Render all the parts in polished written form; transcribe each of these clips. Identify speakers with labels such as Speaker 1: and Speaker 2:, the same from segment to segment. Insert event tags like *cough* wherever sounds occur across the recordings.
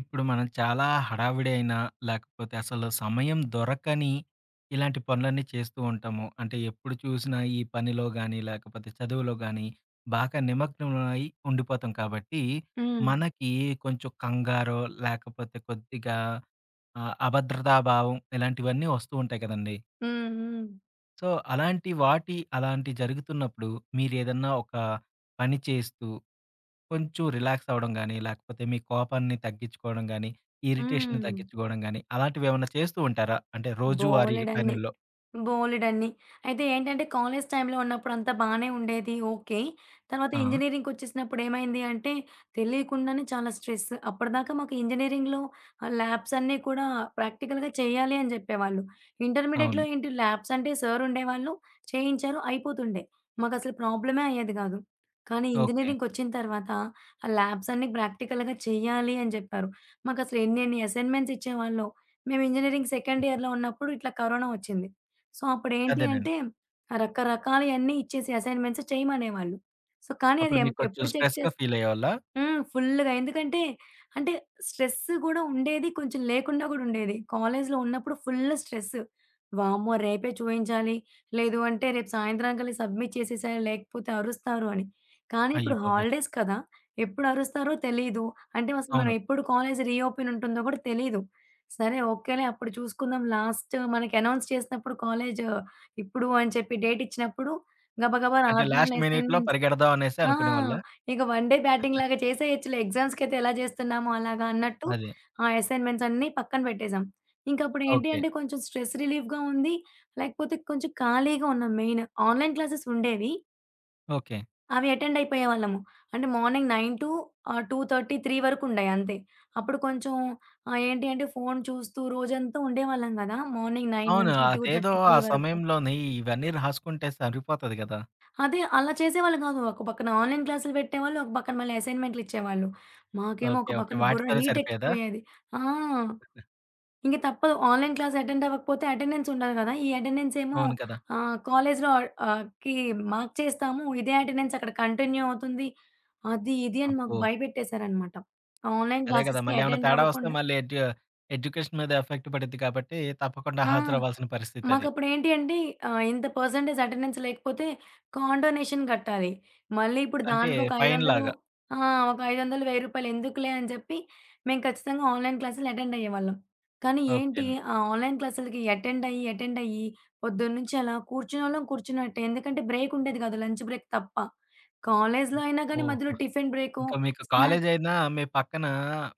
Speaker 1: ఇప్పుడు మనం చాలా హడావిడి అయినా, లేకపోతే అసలు సమయం దొరకని ఇలాంటి పనులన్నీ చేస్తూ ఉంటాము. అంటే ఎప్పుడు చూసినా ఈ పనిలో గానీ, లేకపోతే చదువులో గానీ బాగా నిమగ్నమై ఉండిపోతాం కాబట్టి,
Speaker 2: హ్మ్.
Speaker 1: మనకి కొంచెం కంగారో, లేకపోతే కొద్దిగా అభద్రతా భావం ఇలాంటివన్నీ వస్తూ ఉంటాయి కదండీ.
Speaker 2: హ్మ్. హ్మ్.
Speaker 1: సో, అలాంటి జరుగుతున్నప్పుడు మీరేదన్నా ఒక పని చేస్తూ కొంచెం రిలాక్స్ అవ్వడం గాని, లేకపోతే మీ కోపాన్ని తగ్గించుకోవడం గాని, ఇరిటేషన్‌ని
Speaker 2: హ్మ్.
Speaker 1: తగ్గించుకోవడం గాని, అలాంటివేమన్నా చేస్తూ ఉంటారా? అంటే రోజువారీ
Speaker 2: బోలెడన్ని.
Speaker 1: పనుల్లో.
Speaker 2: బోలెడన్ని. అయితే ఏంటంటే, కాలేజ్ టైమ్‌లో ఉన్నప్పుడు అంతా బానే ఉండేది. ఓకే. తర్వాత
Speaker 1: ఆ!
Speaker 2: ఇంజినీరింగ్‌కొచ్చేసినప్పుడు ఏమైంది అంటే, తెలియకుండానే చాలా స్ట్రెస్. అప్పటిదాకా మాకు ఇంజినీరింగ్‌లో ల్యాబ్స్ అన్నీ కూడా ప్రాక్టికల్‌గా చేయాలి అని జెప్పేవాళ్ళు.
Speaker 1: అవును.
Speaker 2: ఇంటర్మీడియేట్‌లో ఏంటి ల్యాబ్స్ అంటే సార్ ఉండేవాళ్ళు, చేయించారు, అయిపోతుండే. మాకసలు ప్రాబ్లమే అయ్యేది గాదు. కానీ
Speaker 1: ఓకే.
Speaker 2: ఇంజినీరింగ్‌కొచ్చిన తర్వాత, ఆ ల్యాబ్స్ అన్నీ ప్రాక్టికల్‌గా చేయాలి అని జెప్పారు. మాకసలు ఎన్నెన్ని అసైన్‌మెంట్స్ ఇచ్చేవాళ్ళో. మేము ఇంజినీరింగ్ సెకండ్ ఇయర్‌లో ఉన్నప్పుడు ఇట్లా కరోనా ఒచ్చింది. సో, అప్పుడేంటి
Speaker 1: అదేనండి.
Speaker 2: అంటే రకరకాలయన్నీ ఇచ్చేసి అసైన్‌మెంట్స్ చేయమనేవాళ్ళు. సో, కానీ అది
Speaker 1: అప్పుడు
Speaker 2: ఎం
Speaker 1: మీకు కొంచెం
Speaker 2: ఎప్పుడు చెక్
Speaker 1: స్ట్రెస్‌గా
Speaker 2: చేస్.
Speaker 1: ఫీల్ అయ్యేవాళ్ళా?
Speaker 2: హ్మ్. ఫుల్లుగా. ఎందుకంటే, అంటే స్ట్రెస్ గూడా ఉండేది. కొంచెం లేకుండా గూడా ఉండేది. కాలేజ్‌లో ఉన్నప్పుడు ఫుల్ స్ట్రెస్. వామ్మో! రేపే చూయించాలి. లేదు అంటే రేపు సాయంత్రానికల్లా సబ్మిట్ చేసేసేయాలి. లేకపోతే అరుస్తారు అని. కానీ
Speaker 1: అయ్య
Speaker 2: ఇప్పుడు
Speaker 1: బాబోయ్!
Speaker 2: హాలిడేస్ కదా! ఎప్పుడు అరుస్తారో తెలీదు. అంటే అసలు మనం
Speaker 1: అవును.
Speaker 2: ఎప్పుడు కాలేజ్ రీఓపెన్ ఉంటుందో గూడా తెలీదు. సరే ఓకేలే అప్పుడు చూసుకుందాం. లాస్ట్ మనకి అనౌన్స్ చేసినప్పుడు కాలేజ్ ఇప్పుడు అని చెప్పి డేట్ ఇచ్చినప్పుడు గబగబా
Speaker 1: అంటే లాస్ట్
Speaker 2: రాద్దాంలే
Speaker 1: మినిట్‌లో
Speaker 2: అసైన్‌మెంట్స్.
Speaker 1: పరిగెడదాం అనేసి
Speaker 2: ఆ!
Speaker 1: అనుకునేవాళ్ళా?
Speaker 2: ఇక వన్ డే బ్యాటింగ్ లాగా చేసేయచ్చులే. ఎగ్జామ్స్‌కైతే ఎలా చేస్తున్నామో అలాగా అన్నట్టు
Speaker 1: అదే.
Speaker 2: ఆ అసైన్‌మెంట్స్ అన్నీ పక్కన పెట్టేసాం. ఇంకప్పుడు ఏంటి
Speaker 1: ఓకే.
Speaker 2: అంటే కొంచెం స్ట్రెస్ రిలీఫ్‌గా ఉంది. లేకపోతే కొంచెం ఖాళీగా ఉన్నాం మెయిన్. ఆన్‌లైన్ క్లాసెస్ ఉండేవి.
Speaker 1: ఓకే.
Speaker 2: అవి అటెండ్ అయిపోయేవాళ్ళము. అంటే మార్నింగ్ 9 టు 2:30, 3 వరకు ఉండేయి అంతే. అప్పుడు కొంచెం, ఏంటి అంటే ఫోను చూస్తూ రోజంతా ఉండేవాళ్ళం గదా! మార్నింగ్ 9
Speaker 1: అవును.
Speaker 2: నుంచి
Speaker 1: అదేదో
Speaker 2: 2:30,
Speaker 1: ఆ
Speaker 2: 3 వరకు.
Speaker 1: సమయంలోని ఇవన్నీ రాసుకుంటే సరిపోతది గదా!
Speaker 2: అదే అలా చేసేవాళ్ళు గాదు. ఒక పక్కన ఆన్‌లైన్ క్లాసులు పెట్టేవాళ్ళు. ఒక పక్కన మళ్ళీ అసైన్‌మెంట్లు ఇచ్చేవాళ్ళు. మాకేమో
Speaker 1: ఓకే.
Speaker 2: ఒక
Speaker 1: ఓకే.
Speaker 2: పక్కన బుర్ర
Speaker 1: వాటితోనే
Speaker 2: హీట్
Speaker 1: సరిపోయేదా?
Speaker 2: ఎక్కిపోయేది. ఆ! ఇంక తప్పదు. ఆన్‌లైన్ క్లాస్ అటెండ్ అవ్వకపోతే అటెండెన్స్ ఉండాలి గదా! ఈ అటెండెన్స్ ఏమో
Speaker 1: అవును కదా!
Speaker 2: కాలేజ్‌లో ఆహ్, కి మార్క్ చేస్తాము. ఇదే అటెండెన్స్ అక్కడ కంటిన్యూ అవుతుంది. అది ఇది అని మాకు
Speaker 1: అబ్బో!
Speaker 2: భయపెట్టేసారనమాట. ఆన్‌లైన్
Speaker 1: అదే కదా!
Speaker 2: క్లాసెస్‌కి
Speaker 1: మళ్ళీ ఏమన్నా
Speaker 2: అటెండ్
Speaker 1: తేడా వస్తే
Speaker 2: అవ్వకుండా.
Speaker 1: మళ్ళీ ఎడ్యుకేషన్ మీద ఎఫెక్ట్ పడిద్ది కాబట్టి తప్పకుండా
Speaker 2: ఆ!
Speaker 1: హాజరవ్వాల్సిన పరిస్థితది.
Speaker 2: మాకప్పుడేంటి అంటే ఇంత పర్సెంటేజ్ అటెండెన్స్ లేకపోతే కాండోనేషన్ కట్టాలి. మళ్ళీ ఇప్పుడు
Speaker 1: అంటే
Speaker 2: దానికొక 500.
Speaker 1: ఫైన్‌లాగా.
Speaker 2: ఆ! ఒక 500, రూ. 1000 ఎందుకులే అని చెప్పి మేము ఖచ్చితంగా ఆన్‌లైన్ క్లాసులు అటెండ్ అయ్యేవాళ్ళం. కానీ
Speaker 1: ఓకే
Speaker 2: ఏంటి,
Speaker 1: అండి.
Speaker 2: ఆ ఆన్‌లైన్ క్లాసులకి అటెండ్ అయ్యి, అటెండ్ అయ్యి పొద్దున్నుంచి అలా కూర్చునోళ్ళం కూర్చున్నట్టే. ఎందుకంటే బ్రేక్ ఉండేది కాదు. లంచ్ బ్రేక్ తప్ప. కాలేజ్‌లో అయినా కానీ
Speaker 1: ఓహ్!
Speaker 2: మధ్యలో టిఫిన్ బ్రేకో,
Speaker 1: ఇంకా మీకు
Speaker 2: స్నాక్.
Speaker 1: కాలేజ్ అయినా మీ పక్కన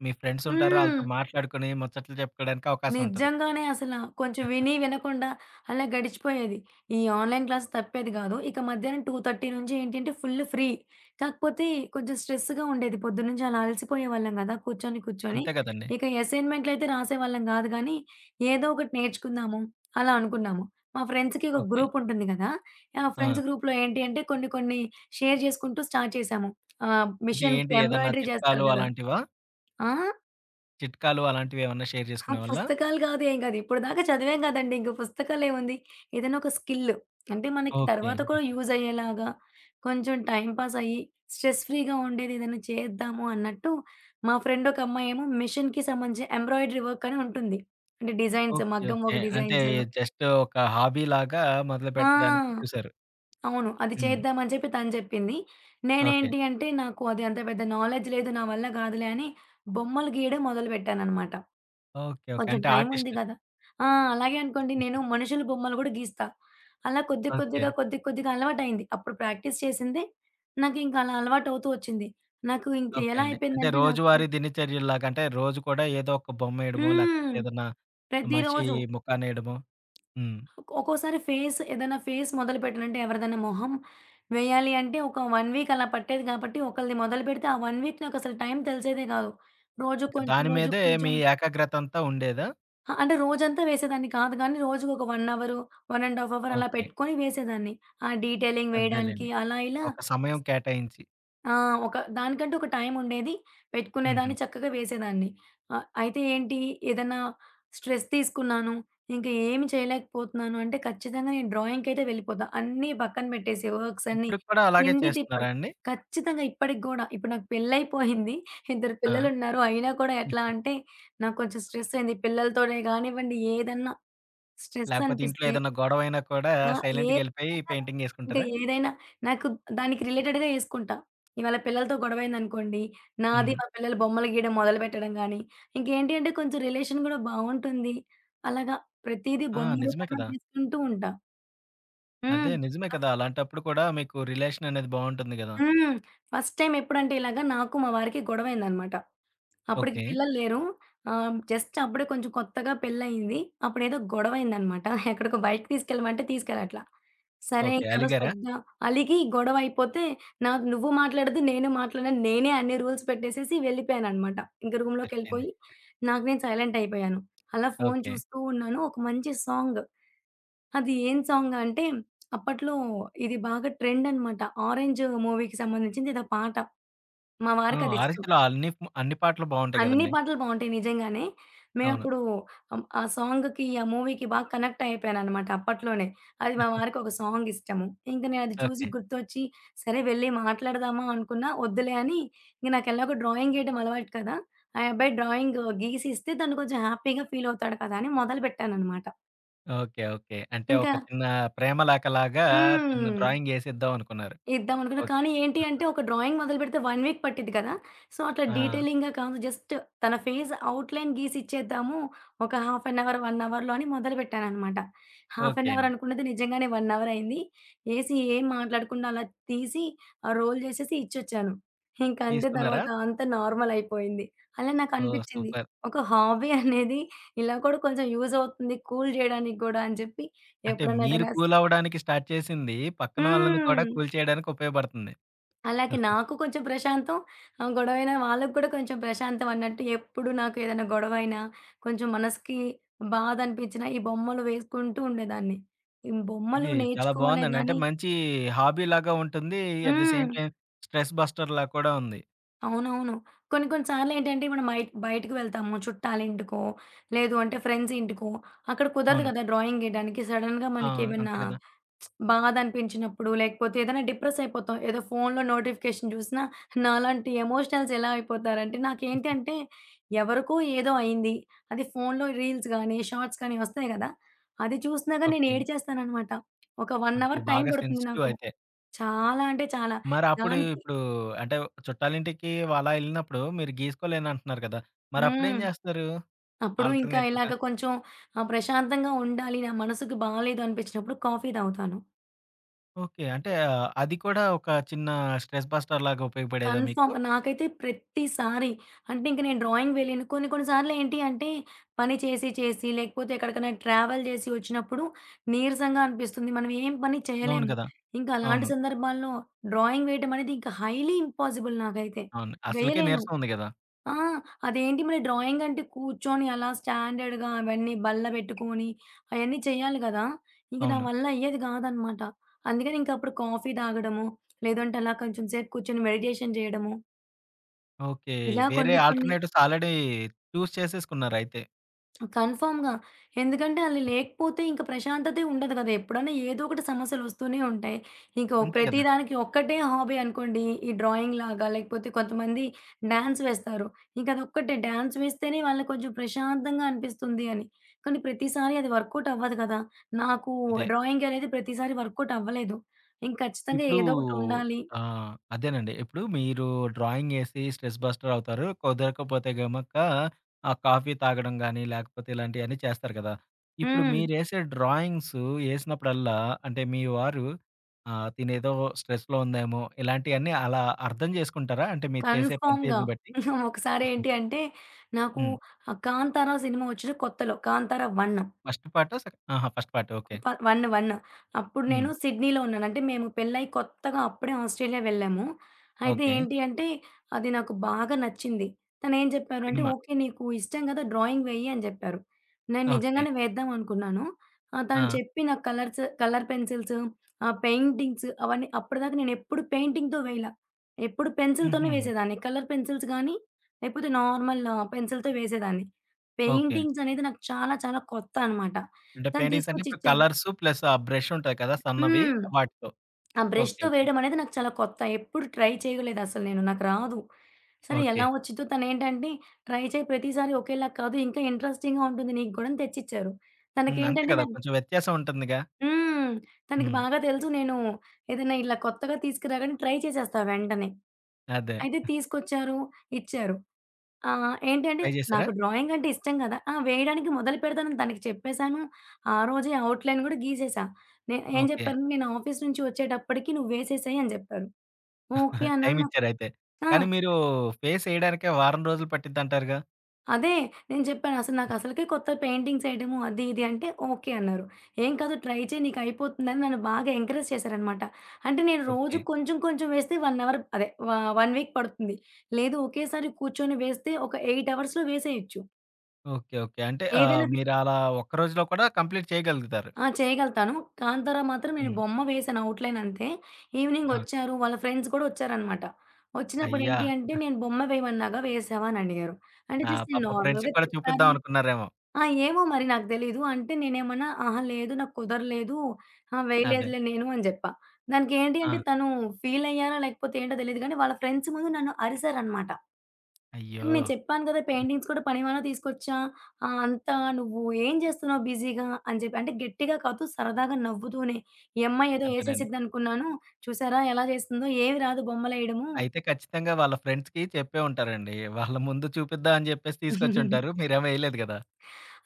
Speaker 1: మీ ఫ్రెండ్స్ ఉంటారు.
Speaker 2: హ్మ్.
Speaker 1: ఆళ్ళతో మాట్లాడుకొని ముచ్చట్లు చెప్పుకోవడానికి అవకాశం ఉంటది.
Speaker 2: నిజంగానే అసల. కొంచెం విని వినకుండా అలా గడిచిపోయేది. ఈ ఆన్‌లైన్ క్లాస్ తప్పేది గాదు. ఇక మధ్యాహ్నం 2:30 నుంచి ఏంటంటే ఫుల్ ఫ్రీ. కాకపోతే కొంచెం స్ట్రెస్‌గా ఉండేది. పొద్దున్నుంచి అలా అలసిపోయేవాళ్ళం గదా! కూర్చొని కూర్చొని.
Speaker 1: అంతే కదండీ!
Speaker 2: ఇక అసైన్‌మెంట్‌లయితే రాసేవాళ్ళం గాదు గానీ, ఏదో ఒకటి నేర్చుకుందాము అలా అనుకున్నాము. మా ఫ్రెండ్స్‌కి ఒక
Speaker 1: ఓకే.
Speaker 2: గ్రూప్ ఉంటుంది గదా! ఆ
Speaker 1: ఆ!
Speaker 2: ఫ్రెండ్స్ గ్రూప్‌లో ఏంటి అంటే కొన్ని కొన్ని షేర్ జేసుకుంటూ స్టార్ట్ చేశాము.
Speaker 1: అంటే ఏంటి
Speaker 2: మిషన్‌కి
Speaker 1: ఏదన్నా
Speaker 2: ఎంబ్రాయిడరీ
Speaker 1: చిట్కాలు
Speaker 2: జేస్తారు గదా!
Speaker 1: అలాంటివా?
Speaker 2: ఆ!
Speaker 1: చిట్కాలు అలాంటివేమన్నా షేర్
Speaker 2: ఆ!
Speaker 1: చేసుకునేవాళ్ళా?
Speaker 2: పుస్తకాలు కాదు, ఏం కాదు. ఇప్పటిదాకా చదివాం కదండీ. ఇంక పుస్తకాలేముంది. ఏదైనా ఒక స్కిల్, అంటే మనకి
Speaker 1: ఓకే.
Speaker 2: తర్వాత కూడా యూజ్ అయ్యేలాగా కొంచెం టైమ్ పాస్ అయ్యి స్ట్రెస్ ఫ్రీగా ఉండేది ఏదైనా చేద్దాము అన్నట్టు. మా ఫ్రెండ్ ఒక అమ్మాయేమో మిషన్‌కి సంబంధించిన ఎంబ్రాయిడరీ వర్క్ అని ఉంటుంది. అంటే డిజైన్స్
Speaker 1: ఓకే.
Speaker 2: మగ్గం
Speaker 1: ఓకే.
Speaker 2: వర్క్
Speaker 1: అంటే
Speaker 2: డిజైన్స్.
Speaker 1: జస్ట్ ఒక హాబీలాగా
Speaker 2: ఆ!
Speaker 1: మొదలుపెట్టడానికి చూసారు.
Speaker 2: అవును. అది
Speaker 1: హ్మ్.
Speaker 2: చేద్దామని చెప్పి తను చెప్పింది.
Speaker 1: ఓకే.
Speaker 2: నేనేంటి అంటే నాకు అది అంత పెద్ద నాలెడ్జ్ లేదు. నా వల్ల కాదులే అని బొమ్మలు గీయడం మొదలుపెట్టాననమాట.
Speaker 1: ఓకే. ఓకే.
Speaker 2: కొంచెం
Speaker 1: అంటే
Speaker 2: టైముంది
Speaker 1: ఆర్టిస్ట్.
Speaker 2: గదా! ఆ! అలాగే అనుకోండి నేను మనుషుల బొమ్మలు గూడా గీస్తా. అలా కొద్ది
Speaker 1: ఓకే.
Speaker 2: కొద్దిగా, కొద్ది కొద్దిగా అలవాటయింది. అప్పుడు ప్రాక్టీస్ చేసిందే నాకింక అలా అలవాటవుతూ వచ్చింది. నాకు ఇంక
Speaker 1: ఓకే
Speaker 2: ఎలా
Speaker 1: అండి. అంటే
Speaker 2: అయిపోయిందంటే నాకు.
Speaker 1: రోజువారీ దినచర్యల్లాగా అంటే రోజు కూడా ఏదో ఒక బొమ్మేయడమో, లేకపోతే
Speaker 2: హ్మ్.
Speaker 1: ఏదన్నా మనిషి
Speaker 2: ప్రతిరోజు
Speaker 1: ముఖాన్నేయడమో. హ్మ్.
Speaker 2: ఒక్కోసారి ఫేస్, ఏదైనా ఫేస్ మొదలుపెట్టాలంటే ఎవరిదైనా మొహం వేయాలి అంటే ఒక 1 వీక్ అలా పట్టేది గాబట్టి ఒకళ్ళది మొదలుపెడితే ఆ 1 వీక్ నాకసలు టైం తెలిసేదే గాదు. రోజు
Speaker 1: ఇంక
Speaker 2: కొంచెం,
Speaker 1: దాని
Speaker 2: రోజు
Speaker 1: మీదే
Speaker 2: కొంచెం.
Speaker 1: మీ ఏకాగ్రత అంతా ఉండేదా?
Speaker 2: ఆ! అంటే రోజంతా వేసేదాన్ని కాదు గానీ, రోజుకొక 1 అవరు, 1 ½ అవర్ అలా
Speaker 1: ఓకే.
Speaker 2: పెట్టుకొని వేసేదాన్ని. ఆ డీటెయిలింగ్ వేయడానికి
Speaker 1: అదేలెండి.
Speaker 2: అలా ఇలా.
Speaker 1: ఒక సమయం కేటాయించి.
Speaker 2: ఆ! ఒక దానికంటూ ఒక టైముండేది.
Speaker 1: హుహు.
Speaker 2: పెట్టుకునేదాన్ని, చక్కగా వేసేదాన్ని. అయితే ఏంటి, ఏదన్నా స్ట్రెస్ తీసుకున్నాను, ఇంక ఏమి చేయలేకపోతున్నాను అంటే, ఖచ్చితంగా నేను డ్రాయింగ్‌కైతే వెళ్ళిపోతా. అన్నీ పక్కన పెట్టేసి వర్క్స్ అన్నీ.
Speaker 1: ఇప్పటికి కూడా అలాగే
Speaker 2: తిండి
Speaker 1: చేస్తున్నారా
Speaker 2: తిప్పలు
Speaker 1: అండి?
Speaker 2: ఖచ్చితంగా ఇప్పటికి గూడా. ఇప్పుడు నాకు పెళ్లయిపోయింది. ఇద్దరు
Speaker 1: ఆ!
Speaker 2: పిల్లలున్నారు. అయినా కూడా ఎట్లా అంటే, నాకు కొంచెం స్ట్రెస్ అయింది. పిల్లలతోనే గానివ్వండి, ఏదన్నా స్ట్రెస్
Speaker 1: లేకపోతే ఇంట్లో
Speaker 2: అనిపిస్తే.
Speaker 1: ఏదన్నా గొడవైనా కూడా
Speaker 2: ఆ! ఏదైనా,
Speaker 1: సైలెంట్‌గెళ్ళిపోయి
Speaker 2: ఇంకా
Speaker 1: పెయింటింగేసుకుంటారా?
Speaker 2: ఏదైనా, నాకు దానికి రిలేటెడ్‌గా ఏసుకుంటా. ఇవాళ పిల్లలతో గొడవైందనుకోండి, నాది
Speaker 1: హ్మ్.
Speaker 2: మా పిల్లల బొమ్మలు గీయడం మొదలుపెట్టడం గానీ, ఇంకేంటి అంటే కొంచెం రిలేషన్ గూడా బావుంటుంది. అలాగా ప్రతీదీ
Speaker 1: ఆ!
Speaker 2: బొమ్మ
Speaker 1: నిజమే
Speaker 2: రూపంలో
Speaker 1: కదా!
Speaker 2: వేసుకుంటూ ఉంటా.
Speaker 1: అదే
Speaker 2: హ్మ్.
Speaker 1: నిజమే కదా! అలాంటప్పుడు కూడా మీకు రిలేషన్ అనేది బావుంటుంది గదా!
Speaker 2: హ్మ్. ఫస్ట్ టైమ్ ఎప్పుడంటే ఇలాగ నాకు మా వారికి గొడవైందనమాట. అప్పటికి
Speaker 1: ఓకే.
Speaker 2: పిల్లలు లేరు. జస్ట్ అప్పుడే కొంచెం కొత్తగా పెళ్లయింది. అప్పుడేదో గొడవైందనమాట. ఎక్కడికో బయటకి తీసుకెళ్ళమంటే తీసుకెళ్ళట్లా. సరే
Speaker 1: ఓకే.
Speaker 2: ఇంక ఆ రోజు
Speaker 1: అలిగారా?
Speaker 2: పెద్ద అలిగి గొడవయిపోతే, నాకు నువ్వు మాట్లాడొద్దు, నేను మాట్లాడను. నేనే అన్ని రూల్స్ పెట్టేసేసి వెళ్ళిపోయాననమాట. ఇంక
Speaker 1: సరిపోయింది.
Speaker 2: రూమ్‌లోకెళ్ళిపోయి నాకు నేను సైలెంట్ అయిపోయాను. అలా ఫోను
Speaker 1: ఓకే.
Speaker 2: చూస్తూ ఉన్నాను. ఒక మంచి సాంగ్. అది ఏం సాంగ్ అంటే అప్పట్లో ఇది బాగా ట్రెండ్ అనమాట. 'ఆరెంజ్' మూవీకి సంబంధించింది ఏదో పాట. మా
Speaker 1: ఆ!
Speaker 2: వారికదిష్టం.
Speaker 1: 'ఆరెంజ్‌లో' అన్ని పాటలు బావుంటాయి
Speaker 2: అన్ని
Speaker 1: గదండీ.
Speaker 2: పాటలు బావుంటాయి నిజంగానే.
Speaker 1: అవును.
Speaker 2: మేమప్పుడు ఆ సాంగ్‌కి, ఆ మూవీకి బాగా కనెక్ట్ అయిపోయాననమాట అప్పట్లోనే. అది మా వారికి ఒక సాంగ్ ఇష్టము. ఇంక నేనది చూసి
Speaker 1: ఓకే.
Speaker 2: గుర్తొచ్చి, సరే వెళ్ళి మాట్లాడదామా అనుకున్నా, వద్దులే అని ఇంక నాకెలాగో డ్రాయింగ్ ఏయడం అలవాటు కదా! ఆ అబ్బాయి డ్రాయింగ్ గీసిస్తే తను కొంచెం హ్యాపీగా ఫీలవుతాడు కదా! అని మొదలుపెట్టాననమాట.
Speaker 1: ఓకే. ఓకే. అంటే ఒక
Speaker 2: ఇంకా.
Speaker 1: చిన్న ప్రేమలేఖలాగా చిన్న
Speaker 2: హ్మ్.
Speaker 1: డ్రాయింగ్ ఏసేద్దాం అనుకున్నారు.
Speaker 2: ఇద్దాం అనుకున్నా.
Speaker 1: ఓకే.
Speaker 2: కానీ ఏంటి అంటే ఒక డ్రాయింగ్ మొదలుపెడితే 1 వీక్ పట్టిద్ది కదా! సో, అట్లా
Speaker 1: ఆ!
Speaker 2: డీటెయిలింగ్‌గా కాదు జస్ట్ తన ఫేస్ అవుట్‌లైన్ గీసి ఇచ్చేద్దాము. ఒక హాఫ్ అన్ అవర్, 1 అవర్‌లో అని మొదలుపెట్టాననమాట. హాఫ్
Speaker 1: ఓకే
Speaker 2: అన్ అవర్
Speaker 1: అండి.
Speaker 2: అనుకున్నది నిజంగానే 1 అవర్ అయింది. ఏసి ఏం మాట్లాడకుండా అలా తీసి ఆ రోల్ చేసేసి ఇచ్చొచ్చాను. ఇంక అంతే,
Speaker 1: తీసుకున్నారా?
Speaker 2: తర్వాత అంతా నార్మల్ అయిపోయింది. అలా
Speaker 1: ఓహ్!
Speaker 2: నాకనిపిచ్చింది.
Speaker 1: సూపర్.
Speaker 2: ఒక హాబీ అనేది ఇలా కూడా కొంచెం యూజ్ అవుతుంది. కూల్ జేయడానికి గూడా అని చెప్పి
Speaker 1: అంటే
Speaker 2: ఎప్పుడన్నా
Speaker 1: మీరు
Speaker 2: ఏదైనా స్.
Speaker 1: కూల్ అవ్వడానికి స్టార్ట్ చేసింది, పక్కన వాళ్ళని కూడా
Speaker 2: హ్మ్.
Speaker 1: కూల్ చేయడానికి ఉపయోగపడుతుంది.
Speaker 2: అలాగే నాకు కొంచెం ప్రశాంతం. ఆ! గొడవైనా వాళ్ళకి కూడా కొంచెం ప్రశాంతం అన్నట్టు ఎప్పుడు నాకు ఏదైనా గొడవైనా, కొంచెం మనసుకి బాధ అనిపించినా ఈ బొమ్మలు వేసుకుంటూ ఉండేదాన్ని. ఈ
Speaker 1: ఇది
Speaker 2: బొమ్మలు
Speaker 1: చాలా
Speaker 2: నేర్చుకోవాలే
Speaker 1: బావుందండి. అంటే
Speaker 2: గాని.
Speaker 1: మంచి హాబీలాగా ఉంటుంది. At the same
Speaker 2: hmm.
Speaker 1: Time stress బస్టర్‌లా కూడా ఉంది.
Speaker 2: అవునవును. కొన్ని కొన్ని సార్లేంటంటే మనం బయటకి వెళ్తాము చుట్టాలింటికో, లేదు అంటే ఫ్రెండ్స్ ఇంటికో, అక్కడ కుదరదు
Speaker 1: అవును.
Speaker 2: కదా! డ్రాయింగ్ ఎయడానికి. సడెన్‌గా
Speaker 1: ఆ!
Speaker 2: మనకేమన్నా
Speaker 1: అంతే కదా!
Speaker 2: బాధ అనిపించినప్పుడు, లేకపోతే ఏదైనా డిప్రెస్ అయిపోతాం. ఏదో ఫోన్‌లో నోటిఫికేషన్ చూసినా నాలాంటి ఎమోషనల్స్ ఎలా అయిపోతారంటే, నాకేంటంటే ఎవరికో ఏదో అయింది. అది ఫోన్‌లో రీల్స్ గానీ, షార్ట్స్ కానీ వస్తాయి కదా! అది చూసినాగా నేను
Speaker 1: ఓకే.
Speaker 2: ఏడ్చేస్తాననమాట. ఒక 1
Speaker 1: అబ్బో!
Speaker 2: అవర్ టైం
Speaker 1: బాగా
Speaker 2: పడుతుంది
Speaker 1: సెన్సిటివ్
Speaker 2: నాకు.
Speaker 1: అయితే.
Speaker 2: చాలా అంటే చాలా.
Speaker 1: మరప్పుడు
Speaker 2: దానికి.
Speaker 1: ఇప్పుడు అంటే చుట్టాలింటికి అలా ఎళ్ళినప్పుడు మీరు గీసుకోలేనంటున్నారు కదా! మరప్పుడేం
Speaker 2: హ్మ్.
Speaker 1: జేస్తారు
Speaker 2: అప్పుడు ఇంకా
Speaker 1: ఆల్టర్‌నేటివ్‌గా?
Speaker 2: ఇలాగ కొంచెం ప్రశాంతంగా ఉండాలి. నా మనసుకి బాలేదు అనిపించినప్పుడు కాఫీ తాగుతాను.
Speaker 1: ఓకే. అంటే అది కూడా ఒక చిన్న స్ట్రెస్ బస్టర్‌లాగా ఉపయోగపడేదా మీకు?
Speaker 2: కన్ఫర్మ్ నాకైతే ప్రతిసారి. అంటే ఇంక నేను డ్రాయింగ్ వెళ్ళిన కొన్ని కొన్ని సార్లు ఏంటి అంటే పని చేసి చేసి లేకపోతే ఎక్కడికైనా ట్రావెల్ చేసి వచ్చినప్పుడు నీరసంగా అనిపిస్తుంది. మనం ఏం పని
Speaker 1: అవును
Speaker 2: చేయలేము.
Speaker 1: కదా!
Speaker 2: ఇంకా అలాంటి
Speaker 1: అవును.
Speaker 2: సందర్భాల్లో డ్రాయింగ్ వేయడం అనేది ఇంకా హైలీ ఇంపాసిబుల్ నాకైతే.
Speaker 1: అవును. అసలకే
Speaker 2: వేయలేను.
Speaker 1: నీరసం ఉంది గదా!
Speaker 2: ఆ! అదేంటి మరి, డ్రాయింగ్ అంటే కూర్చొని అలా స్టాండర్డ్‌గా అవన్నీ బల్ల పెట్టుకొని అయన్నీ చేయాలి గదా! ఇంక నా
Speaker 1: అవును.
Speaker 2: వల్ల అయ్యేది గాదనమాట. అందుకని ఇంకప్పుడు కాఫీ తాగడము, లేదంటే అలా కొంచెం సేపు కూర్చొని మెడిటేషన్ జేయడము,
Speaker 1: ఓకే.
Speaker 2: ఇలా
Speaker 1: వేరే
Speaker 2: కొన్ని కొన్ని.
Speaker 1: ఆల్టర్‌నేటివ్స్ ఆల్రెడీ చూజ్ చేసేసుకున్నారయితే.
Speaker 2: కన్ఫర్మ్‌గా. ఎందుకంటే ఆళ్ళు లేకపోతే ఇంక ప్రశాంతతే ఉండదు గదా! ఎప్పుడైనా ఏదో ఒకటి సమస్యలొస్తూనే ఉంటాయి. ఇంక
Speaker 1: అంతే
Speaker 2: ప్రతి
Speaker 1: గదా!
Speaker 2: దానికి ఒక్కటే హాబీ అనుకోండి. ఈ డ్రాయింగ్ లాగా, లేకపోతే కొంతమంది డాన్స్ వేస్తారు. ఇంక అదొక్కటే, డాన్స్ వేస్తేనే వాళ్ళకి కొంచెం ప్రశాంతంగా అనిపిస్తుంది అని. కానీ ప్రతిసారి అది వర్కౌట్ అవ్వదు కదా! నాకు
Speaker 1: అదే.
Speaker 2: డ్రాయింగ్ అనేది ప్రతిసారి వర్కౌట్ అవ్వలేదు. ఇంక ఖచ్చితంగా
Speaker 1: ఇప్పుడు
Speaker 2: ఏదో ఒకటి ఉండాలి.
Speaker 1: ఆ! అదేనండి. ఇప్పుడు మీరు డ్రాయింగ్ ఏసి స్ట్రెస్ బస్టర్ అవుతారు. కుదరకపోతే గనక ఆ కాఫీ తాగడం గాని, లేకపోతే ఇలాంటియన్నీ చేస్తారు కదా! ఇప్పుడు
Speaker 2: హ్మ్.
Speaker 1: మీరేసే డ్రాయింగ్స్ ఏసినప్పుడల్లా అంటే మీ వారు తినేదో స్ట్రెస్‌లో ఉందేమో ఇలాంటియన్నీ అలా అర్థం చేసుకుంటారా? అంటే మీరు చేసే పని
Speaker 2: కన్ఫర్మ్‌గా.
Speaker 1: తీరుని బట్టి?
Speaker 2: ఒకసారేంటి అంటే, నాకు
Speaker 1: హ్మ్.
Speaker 2: ఆ 'కాంతార' సినిమా వచ్చిన కొత్తలో, 'కాంతార 1'
Speaker 1: ఫస్ట్ పార్టా? ఆహా! First part okay.
Speaker 2: ప 1, 1 అప్పుడు
Speaker 1: హ్మ్.
Speaker 2: నేను సిడ్నీలో ఉన్నాను. అంటే మేము పెళ్ళై కొత్తగా అప్పుడే ఆస్ట్రేలియా వెళ్ళాము. అయితే
Speaker 1: ఓకే.
Speaker 2: ఏంటి అంటే, అది నాకు బాగా నచ్చింది. తనేం చెప్పారు అంటే,
Speaker 1: సినిమా.
Speaker 2: "ఓకే. నీకు ఇష్టం కదా! డ్రాయింగ్ వెయ్యి" అని చెప్పారు. నేను
Speaker 1: ఓకే.
Speaker 2: నిజంగానే వేద్దాం అనుకున్నాను.
Speaker 1: ఆ!
Speaker 2: తను చెప్పి నాకు కలర్స్, కలర్ పెన్సిల్స్, పెయింటింగ్స్ అవన్నీ అప్పటిదాకా నేనెప్పుడు పెయింటింగ్‌తో వేయలా. ఎప్పుడు పెన్సిల్‌తోనే
Speaker 1: హుహు.
Speaker 2: వేసేదాన్ని. కలర్ పెన్సిల్స్ గానీ, లేకపోతే నార్మల్ పెన్సిల్‌తో వేసేదాన్ని.
Speaker 1: ఓకే.
Speaker 2: పెయింటింగ్స్ అనేది నాకు చాలా చాలా కొత్త అనమాట.
Speaker 1: అంటే
Speaker 2: తను
Speaker 1: పెయింటింగ్స్ అంటే ఇప్పుడు
Speaker 2: తీసుకొచ్చిచ్చారు.
Speaker 1: కలర్స్ ప్లస్ ఆ బ్రష్ ఉంటది కదా! సన్నవి
Speaker 2: హ్మ్.
Speaker 1: వాటితో.
Speaker 2: ఆ
Speaker 1: ఓకే.
Speaker 2: బ్రష్‌తో
Speaker 1: ఓకే.
Speaker 2: వేయడం అనేది నాకు చాలా కొత్త. ఎప్పుడు ట్రై చేయలేదసలు నేను. నాకు రాదు. సరే
Speaker 1: ఓకే.
Speaker 2: ఎలా వచ్చిద్దో, తనేంటంటే, ట్రై చేయి ప్రతిసారి ఒకేలా కాదు ఇంకా ఇంట్రెస్టింగ్‌గా ఉంటుంది నీకు గూడా అని తెచ్చిచ్చారు.
Speaker 1: హ్మ్. అంతే
Speaker 2: తనకేంటంటే
Speaker 1: కదా!
Speaker 2: నాకు.
Speaker 1: కొంచెం వ్యత్యాసం ఉంటుందిగా.
Speaker 2: హ్మ్. తనకి
Speaker 1: హ్మ్.
Speaker 2: బాగా తెలుసు నేను ఏదైనా ఇలా కొత్తగా తీసుకురాగానే ట్రై చేసేస్తా వెంటనే.
Speaker 1: అదే.
Speaker 2: అయితే తీసుకొచ్చారు, ఇచ్చారు. ఆ! ఏంటంటే
Speaker 1: ట్రై చేసారా?
Speaker 2: నాకు డ్రాయింగ్ అంటే ఇష్టం కదా! ఆ! వేయడానికి మొదలు పెడతానని తనకి చెప్పేసాను. ఆ రోజే అవుట్‌లైన్ కూడా గీసేసా. నే ఏం
Speaker 1: ఓకే.
Speaker 2: చెప్పారు, "నేను ఆఫీస్ నుంచి వచ్చేటప్పటికి నువ్వు వేసేసేయి" అని చెప్పారు. ఓకే
Speaker 1: *laughs* టైమ్
Speaker 2: అన్నాను. నాకు.
Speaker 1: ఇచ్చారయితే.
Speaker 2: ఆ!
Speaker 1: కానీ మీరు ఫేస్ ఎయడానికే వారం రోజులు పట్టిద్దంటారుగా?
Speaker 2: అదే, నేను చెప్పాను. "అసలు నాకు అసలకే కొత్త పెయింటింగ్స్ వేయడము అది ఇది" అంటే ఓకే అన్నారు. "ఏం కాదు ట్రై చెయి నీకు అయిపోతుందని" నన్ను బాగా ఎంకరేజ్ చేశారనమాట. అంటే నేను
Speaker 1: ఓకే.
Speaker 2: రోజు కొంచెం కొంచెం వేస్తే 1 అవర్ అదే వ 1 వీక్ పడుతుంది. లేదు ఒకేసారి కూర్చొని వేస్తే ఒక 8 అవర్స్‌లో వేసేయొచ్చు.
Speaker 1: ఓకే. ఓకే. అంటే
Speaker 2: ఏదైనా.
Speaker 1: మీరు అలా ఒక్క రోజులో కూడా కంప్లీట్ చేయగలుగుతారు.
Speaker 2: ఆ! చేయగలుగుతాను. కాంతార మాత్రం నేను
Speaker 1: హ్మ్.
Speaker 2: బొమ్మ వేసాను అవుట్‌లైన్ అంతే. ఈవినింగ్
Speaker 1: ఆ!
Speaker 2: వచ్చారు. వాళ్ళ ఫ్రెండ్స్ కూడా వచ్చారనమాట. వచ్చినప్పుడు
Speaker 1: అయ్యా!
Speaker 2: ఏంటి అంటే నేను బొమ్మ వేయమన్నాగా వేసావా అని అడిగారు. అంటే
Speaker 1: ఆ!
Speaker 2: జస్ట్ నేను
Speaker 1: పాపం ఫ్రెండ్స్‌కి
Speaker 2: నార్మల్‌గా
Speaker 1: కూడా చూపిద్దాం
Speaker 2: చెప్పానులే.
Speaker 1: అనుకున్నారేమో.
Speaker 2: ఆ! ఏమో మరి నాకు తెలీదు. అంటే నేనేమన్నా, "అహా! లేదు నాకు కుదరలేదు. ఆ!
Speaker 1: అదే.
Speaker 2: వేయలేదులే నేను" అని చెప్పా. దానికి ఏంటి అంటే
Speaker 1: ఆ!
Speaker 2: తను ఫీల్ అయ్యారా లేకపోతే ఏంటో తెలీదు గానీ వాళ్ళ ఫ్రెండ్స్ ముందు నన్ను అరిసారనమాట.
Speaker 1: అయ్యో!
Speaker 2: నేను చెప్పాను కదా! పెయింటింగ్స్ కూడా పనివాళ్ళని తీసుకొచ్చా. అంతా, "నువ్వు ఏం చేస్తున్నావు బిజీగా" అని చెప్పి, అంటే గట్టిగా కాదు సరదాగా నవ్వుతూనే. ఈ అమ్మాయి ఏదో
Speaker 1: అదేనండి.
Speaker 2: ఏసేసిద్దనుకున్నాను. చూసారా ఎలా చేసిందో? ఏమి రాదు బొమ్మలేయడము.
Speaker 1: అయితే ఖచ్చితంగా వాళ్ళ ఫ్రెండ్స్‌కి చెప్పే ఉంటారండి. వాళ్ళ ముందు చూపిద్దాం అని చెప్పేసి తీసుకొచ్చుంటారు. మీరేమో ఎయలేదు కదా!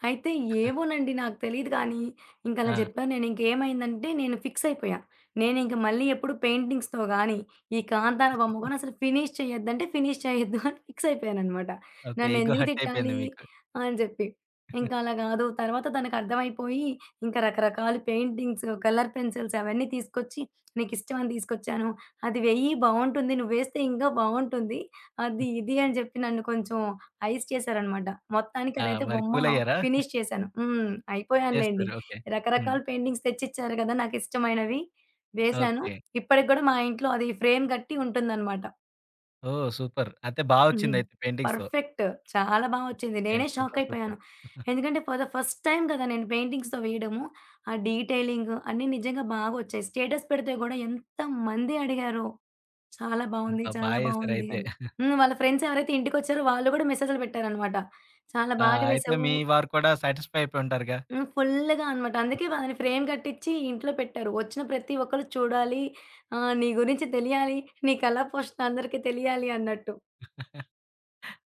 Speaker 2: అయితే ఏవోనండి నాకు తెలీదు కానీ, ఇంకలా
Speaker 1: ఆ!
Speaker 2: జెప్పాను నేను. ఇంకేమైందంటే నేను ఫిక్స్ అయిపోయా. నేనింక మళ్ళీ ఎప్పుడు పెయింటింగ్స్‌తో గానీ, ఈ కాంతార బొమ్మ గూడా అసలు ఫినిష్ చేయొద్దంటే ఫినిష్ చేయొద్దు అని ఫిక్స్ అయిపోయాననమాట.
Speaker 1: ఓకే. ఇగో
Speaker 2: నన్నెందుకు
Speaker 1: హర్ట్ అయిపోయింది
Speaker 2: తిట్టాలి
Speaker 1: మీకు.
Speaker 2: అని జెప్పి. ఇంకా అలా గాదు. తర్వాత తనకర్థమైపోయి ఇంకా రకరకాల పెయింటింగ్స్, కలర్ పెన్సిల్స్ అవన్నీ తీసుకొచ్చి నీకిష్టమని తీసుకొచ్చాను. అది వెయ్యి బావుంటుంది. నువ్వేస్తే ఇంకా బావుంటుంది. అది ఇది అని జెప్పి నన్ను కొంచెం హైస్ చేశారనమాట. మొత్తానికి
Speaker 1: ఆ!
Speaker 2: అదైతే
Speaker 1: మరి
Speaker 2: బొమ్మ
Speaker 1: కూల్ అయ్యారా?
Speaker 2: ఫినిష్ చేశాను. హ్మ్. అయిపోయానులెండి.
Speaker 1: చేస్తారు. ఓకే. హ్మ్.
Speaker 2: రకరకాల పెయింటింగ్స్ తెచ్చిచ్చారు గదా! నాకిష్టమైనవి. వేశాను.
Speaker 1: ఓకే.
Speaker 2: ఇప్పటికి గూడా మా ఇంట్లో అది ఫ్రేమ్ గట్టి ఉంటుందనమాట.
Speaker 1: ఓహ్! సూపర్. అయితే బా
Speaker 2: హ్మ్.
Speaker 1: వచ్చిందయితే పెయింటింగ్సు.
Speaker 2: పర్ఫెక్ట్. చాలా బా వచ్చింది.
Speaker 1: ఓకే.
Speaker 2: నేనే షాక్
Speaker 1: సూపర్.
Speaker 2: అయిపోయాను.
Speaker 1: సూపర్.
Speaker 2: ఎందుకంటే ఫర్ ద ఫస్ట్ టైమ్ కదా! నేను పెయింటింగ్స్‌తో వేయడము. ఆ డీటెయిలింగ్ అన్నీ నిజంగా బాగొచ్చాయి. స్టేటస్ పెడితే గూడా ఎంతమంది అడిగారో. చాలా బావుంది.
Speaker 1: అబ్బా! బా
Speaker 2: చాలా బావుంది
Speaker 1: ఎసారయితే.
Speaker 2: అని. హ్మ్. వాళ్ళ ఫ్రెండ్స్ ఎవరైతే ఇంటికొచ్చారో వాళ్ళు గూడా మెసేజ్‌లు పెట్టారనమాట. చాలా
Speaker 1: ఆ!
Speaker 2: బాగా
Speaker 1: అయితే
Speaker 2: వేశావు.
Speaker 1: మీ వారు కూడా సాటిస్ఫై అయిపోయి ఉంటారుగా!
Speaker 2: హ్మ్. ఫుల్లుగా అనమాట. అందుకే వాళ్ళని ఫ్రేమ్ కట్టిచ్చి ఇంట్లో పెట్టారు. వచ్చిన ప్రతి ఒక్కళ్ళు చూడాలి. నీ గురించి తెలియాలి. నీ కళా పోషణ అందరికీ తెలియాలి అన్నట్టు.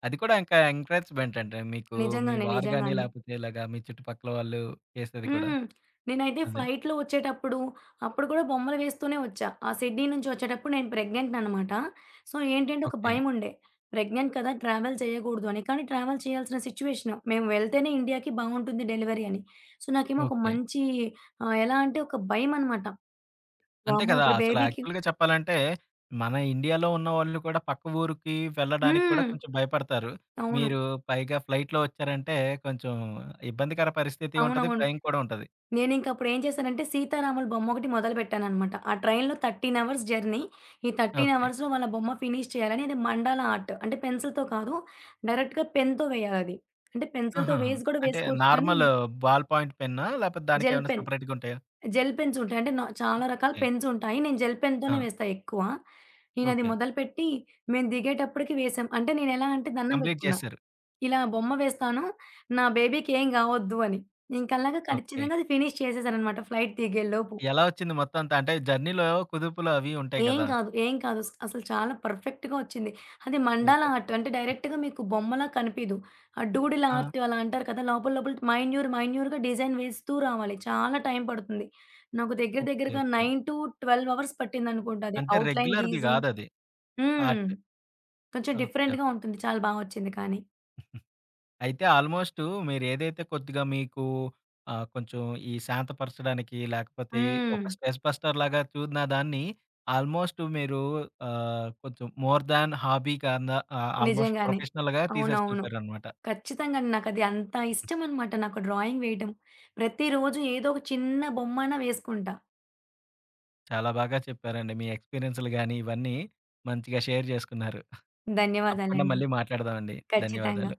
Speaker 1: అది కూడా ఇంకా ఎంకరేజ్‌మెంట్ అంటే మీకు మీ
Speaker 2: నిజంగానే.
Speaker 1: వారు గాని,
Speaker 2: నిజంగానే.
Speaker 1: లేకపోతే ఇలాగా మీ చుట్టుపక్కల వాళ్ళు చేసేది కూడా.
Speaker 2: హ్మ్. నేనైతే
Speaker 1: అదే.
Speaker 2: ఫ్లైట్‌లో వచ్చేటప్పుడు, అప్పుడు కూడా బొమ్మలు వేస్తూనే వచ్చా. ఆ సిడ్నీ నుంచి వచ్చేటప్పుడు నేను ప్రెగ్నెంట్ అనమాట. సో, ఏంటంటే ఒక
Speaker 1: ఓకే.
Speaker 2: భయముండే. ప్రెగ్నెంట్ కదా! ట్రావెల్ చేయకూడదు అని. కానీ ట్రావెల్ చేయాల్సిన సిచ్యువేషన్. మేము వెళ్తేనే ఇండియాకి బావుంటుంది డెలివరీ అని. సో, నాకేమో ఒక
Speaker 1: ఓకే.
Speaker 2: మంచి ఎలా అంటే ఒక భయమనమాట.
Speaker 1: అంతే
Speaker 2: వామ్మో!
Speaker 1: కదా!
Speaker 2: ఇప్పుడు
Speaker 1: అసల
Speaker 2: బేబీకి.
Speaker 1: యాక్చువల్‌గా చెప్పాలంటే, మన ఇండియాలో ఉన్నవాళ్ళు కూడా పక్క ఊరికి వెళ్ళడానికి కూడా
Speaker 2: హ్మ్.
Speaker 1: కొంచెం భయపడతారు.
Speaker 2: అవును.
Speaker 1: మీరు పైగా ఫ్లైట్‌లో వచ్చారంటే కొంచెం ఇబ్బందికర పరిస్థితి ఉంటది.
Speaker 2: అవునవును.
Speaker 1: భయం కూడా ఉంటది.
Speaker 2: నేనింకప్పుడు ఏం చేశానంటే 'సీతారాముల' బొమ్మొకటి మొదలుపెట్టాననమాట. ఆ ట్రైన్‌లో 13 అవర్స్ జర్నీ. ఈ 13
Speaker 1: ఓకే.
Speaker 2: అవర్స్‌లో వాళ్ళ బొమ్మ ఫినిష్ చేయాలని, అది మండాల ఆర్ట్. అంటే పెన్సిల్‌తో కాదు, డైరెక్ట్‌గా పెన్‌తో వేయాలది. అంటే పెన్సిల్‌తో
Speaker 1: ఆహాహా!
Speaker 2: వేసి కూడా
Speaker 1: అంటే
Speaker 2: వేసుకోవచ్చు కానీ
Speaker 1: నార్మల్ బాల్ పాయింట్ పెన్నా? లేకపోతే
Speaker 2: జెల్
Speaker 1: దానికేమన్నా
Speaker 2: పెన్,
Speaker 1: సెపరేట్‌గా ఉంటాయా?
Speaker 2: జెల్ పెన్స్ ఉంటాయి. అంటే నా చాలా రకాల
Speaker 1: ఓకే.
Speaker 2: పెన్స్ ఉంటాయి. నేను జెల్
Speaker 1: ఆ!
Speaker 2: పెన్‌తోనే వేస్తా ఎక్కువ. నేనది
Speaker 1: ఓకే.
Speaker 2: మొదలుపెట్టి మేము దిగేటప్పటికి వేసాం. అంటే నేనెలా అంటే దండం
Speaker 1: కంప్లీట్
Speaker 2: పెట్టుకున్నా.
Speaker 1: చేశారు.
Speaker 2: ఇలా బొమ్మ వేస్తాను. నా బేబీకి ఏం గావొద్దు అని. ఇంకలాగా
Speaker 1: ఓకే.
Speaker 2: ఖచ్చితంగా అది ఫినిష్ చేసేసాననమాట ఫ్లైట్ దిగేలోపు.
Speaker 1: ఎలా వచ్చింది మొత్తం అంతా? అంటే జర్నీలో కుదుపులు అవి ఉంటాయి
Speaker 2: ఏం
Speaker 1: గదా!
Speaker 2: కాదు. ఏం కాదు. స్ అసలు చాలా పర్ఫెక్ట్‌గా వచ్చింది. అది మండాలా
Speaker 1: సూపర్.
Speaker 2: ఆర్ట్ అంటే డైరెక్ట్‌గా మీకు బొమ్మలా కనిపీదు. ఆ డూడిల్
Speaker 1: ఆ!
Speaker 2: ఆర్ట్ అలా అంటారు కదా! లోపల లోపల మైన్యూర్ మైన్యూర్‌గా డిజైన్ వేస్తూ రావాలి. చాలా టైం పడుతుంది. నాకు దగ్గర
Speaker 1: ఓకే.
Speaker 2: దగ్గరగా
Speaker 1: ఓకే.
Speaker 2: 9-12 అవర్స్ పట్టిందనుకుంటా అది
Speaker 1: అంటే
Speaker 2: అవుట్‌లైన్
Speaker 1: రెగ్యులర్‌ది
Speaker 2: గీసి.
Speaker 1: గాదది.
Speaker 2: హ్మ్.
Speaker 1: ఆర్ట్.
Speaker 2: కొంచెం
Speaker 1: ఓకే. ఓకే.
Speaker 2: డిఫరెంట్‌గా ఉంటుంది. చాలా బా వచ్చింది కానీ.
Speaker 1: అయితే ఆల్మోస్టు మీరేదైతే కొద్దిగా మీకు కొంచెం ఈ శాంతపరచడానికి లేకపోతే
Speaker 2: హ్మ్.
Speaker 1: ఒక స్ట్రెస్ బస్టర్ లాగా చూసిన దాన్ని ఆల్మోస్ట్ మీరు కొంచెం మోర్ దాన్ హాబీ కన్నా ఆల్మోస్ట్
Speaker 2: నిజంగానే.
Speaker 1: ప్రొఫెషనల్‌గా
Speaker 2: అవునవును.
Speaker 1: తీసేసుకెళ్ళిపోయారనమాట.
Speaker 2: ఖచ్చితంగా అండి. నాకది అంత ఇష్టమనమాట నాకు డ్రాయింగ్ వేయటం. ప్రతిరోజు ఏదో ఒక చిన్న బొమ్మన్నా వేసుకుంటా.
Speaker 1: చాలా బాగా చెప్పారండి. మీ ఎక్స్‌పీరియన్స్‌లు గాని ఇవన్నీ మంచిగా షేర్ చేసుకున్నారు. తప్పకుండా
Speaker 2: ధన్యవాదాలండి.
Speaker 1: మళ్ళీ మాట్లాడదామండి.
Speaker 2: ఖచ్చితంగా.
Speaker 1: ధన్యవాదాలు.